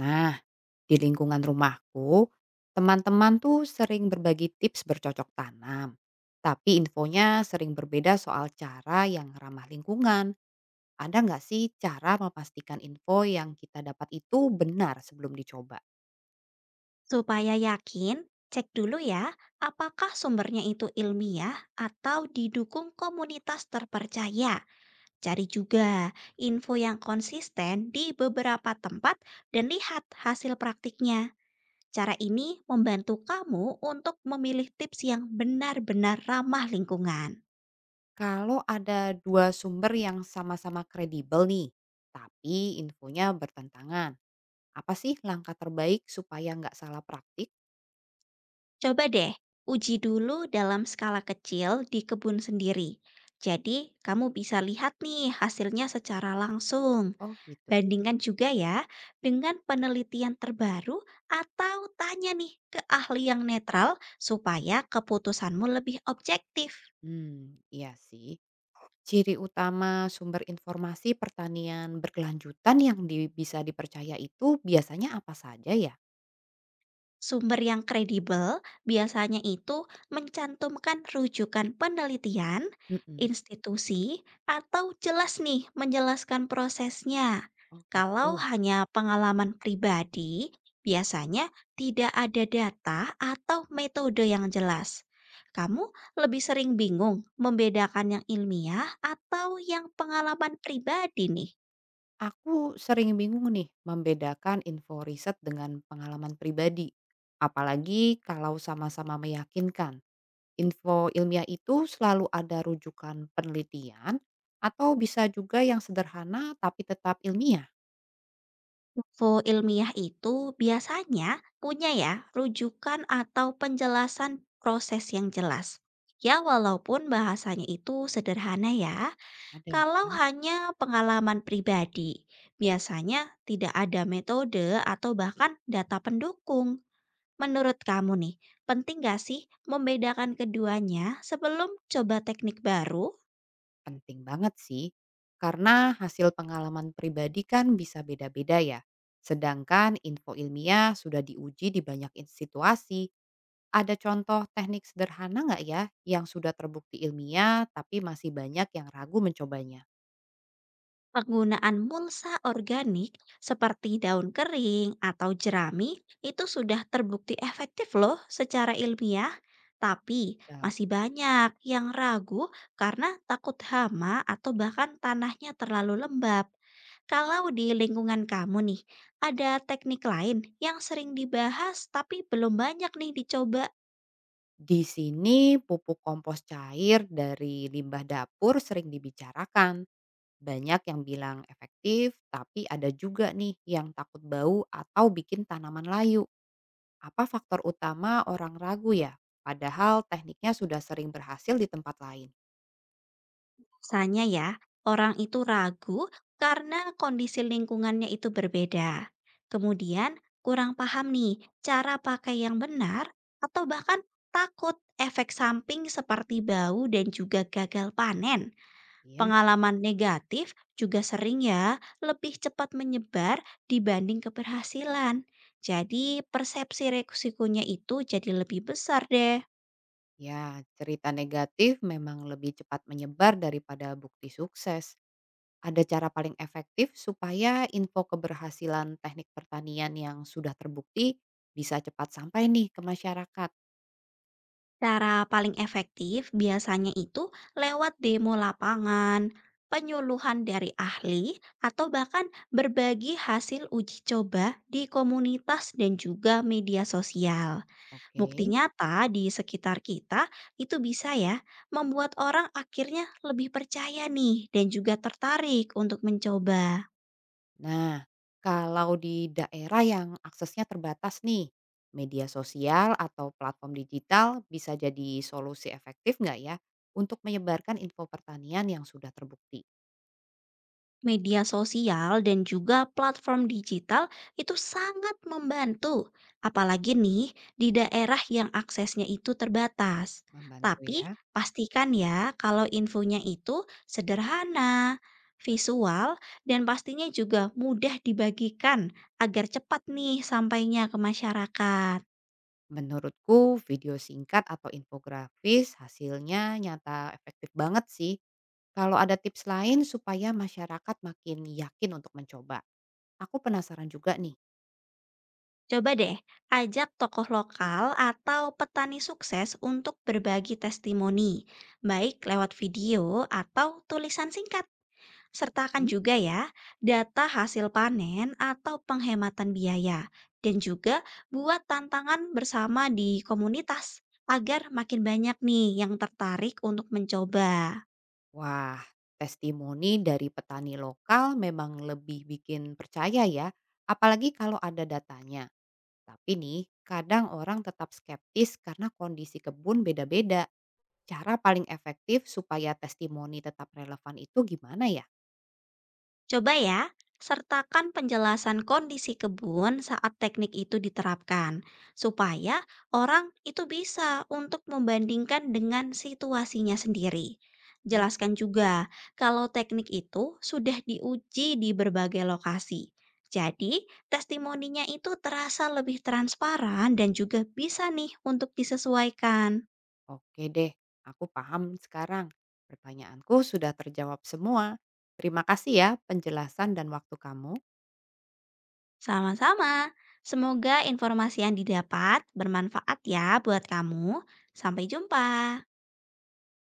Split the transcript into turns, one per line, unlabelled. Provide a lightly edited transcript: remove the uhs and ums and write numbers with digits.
Nah, di lingkungan rumahku, teman-teman tuh sering berbagi tips bercocok tanam. Tapi infonya sering berbeda soal cara yang ramah lingkungan. Ada nggak sih cara memastikan info yang kita dapat itu benar sebelum dicoba?
Supaya yakin, cek dulu ya apakah sumbernya itu ilmiah atau didukung komunitas terpercaya. Cari juga info yang konsisten di beberapa tempat dan lihat hasil praktiknya. Cara ini membantu kamu untuk memilih tips yang benar-benar ramah lingkungan.
Kalau ada dua sumber yang sama-sama kredibel nih, tapi infonya bertentangan. Apa sih langkah terbaik supaya nggak salah praktik?
Coba deh, uji dulu dalam skala kecil di kebun sendiri. Jadi, kamu bisa lihat nih hasilnya secara langsung.
Oh gitu.
Bandingkan juga ya dengan penelitian terbaru atau tanya nih ke ahli yang netral supaya keputusanmu lebih objektif.
Hmm, iya sih. Ciri utama sumber informasi pertanian berkelanjutan yang di bisa dipercaya itu biasanya apa saja ya?
Sumber yang kredibel biasanya itu mencantumkan rujukan penelitian,
Mhm.
institusi, atau jelas nih menjelaskan prosesnya.
Oh
Kalau
gitu.
hanya pengalaman pribadi, biasanya tidak ada data atau metode yang jelas. Kamu lebih sering bingung membedakan yang ilmiah atau yang pengalaman pribadi nih.
Aku sering bingung nih membedakan info riset dengan pengalaman pribadi. Apalagi kalau sama-sama meyakinkan. Info ilmiah itu selalu ada rujukan penelitian atau bisa juga yang sederhana tapi tetap ilmiah?
Info ilmiah itu biasanya punya ya rujukan atau penjelasan proses yang jelas. Ya walaupun bahasanya itu sederhana ya,
Ada
kalau
ya.
hanya pengalaman pribadi, biasanya tidak ada metode atau bahkan data pendukung. Menurut kamu nih, penting gak sih membedakan keduanya sebelum coba teknik baru?
Penting banget sih, karena hasil pengalaman pribadi kan bisa beda-beda ya. Sedangkan info ilmiah sudah diuji di banyak situasi. Ada contoh teknik sederhana nggak ya yang sudah terbukti ilmiah tapi masih banyak yang ragu mencobanya?
Penggunaan mulsa organik seperti daun kering atau jerami itu sudah terbukti efektif loh secara ilmiah, tapi
Dam-
masih banyak yang ragu karena takut hama atau bahkan tanahnya terlalu lembab. Kalau di lingkungan kamu nih, ada teknik lain yang sering dibahas tapi belum banyak nih dicoba.
Di sini pupuk kompos cair dari limbah dapur sering dibicarakan. Banyak yang bilang efektif, tapi ada juga nih yang takut bau atau bikin tanaman layu. Apa faktor utama orang ragu ya? Padahal tekniknya sudah sering berhasil di tempat lain.
Biasanya ya, orang itu ragu karena kondisi lingkungannya itu berbeda. Kemudian kurang paham nih cara pakai yang benar atau bahkan takut efek samping seperti bau dan juga gagal panen.
Iya,
Pengalaman negatif juga sering ya lebih cepat menyebar dibanding keberhasilan. Jadi persepsi resikonya itu jadi lebih besar deh.
ya, cerita negatif memang lebih cepat menyebar daripada bukti sukses. Ada cara paling efektif supaya info keberhasilan teknik pertanian yang sudah terbukti bisa cepat sampai nih ke masyarakat.
Cara paling efektif biasanya itu lewat demo lapangan, penyuluhan dari ahli, atau bahkan berbagi hasil uji coba di komunitas dan juga media sosial. Bukti
Oke.
nyata di sekitar kita itu bisa ya membuat orang akhirnya lebih percaya nih dan juga tertarik untuk mencoba.
Nah, kalau di daerah yang aksesnya terbatas nih, media sosial atau platform digital bisa jadi solusi efektif nggak ya untuk menyebarkan info pertanian yang sudah terbukti?
Media sosial dan juga platform digital itu sangat membantu, apalagi nih di daerah yang aksesnya itu terbatas.
Membantu
Tapi
ya.
pastikan ya kalau infonya itu sederhana, visual, dan pastinya juga mudah dibagikan agar cepat nih sampainya ke masyarakat.
Menurutku video singkat atau infografis hasilnya nyata efektif banget sih. Kalau ada tips lain supaya masyarakat makin yakin untuk mencoba. Aku penasaran juga nih.
Coba deh ajak tokoh lokal atau petani sukses untuk berbagi testimoni, baik lewat video atau tulisan singkat. Sertakan juga ya data hasil panen atau penghematan biaya, dan juga buat tantangan bersama di komunitas agar makin banyak nih yang tertarik untuk mencoba.
Wah, testimoni dari petani lokal memang lebih bikin percaya ya, apalagi kalau ada datanya. Tapi nih, kadang orang tetap skeptis karena kondisi kebun beda-beda. Cara paling efektif supaya testimoni tetap relevan itu gimana ya?
Coba ya, sertakan penjelasan kondisi kebun saat teknik itu diterapkan, supaya orang itu bisa untuk membandingkan dengan situasinya sendiri.
Hmm.
Jelaskan juga kalau teknik itu sudah diuji di berbagai lokasi. Jadi, testimoninya itu terasa lebih transparan dan juga bisa nih untuk disesuaikan.
Oke deh, aku paham sekarang. Pertanyaanku sudah terjawab semua. Terima kasih ya penjelasan dan waktu kamu.
Sama-sama. Semoga informasi yang didapat bermanfaat ya buat kamu. Sampai jumpa.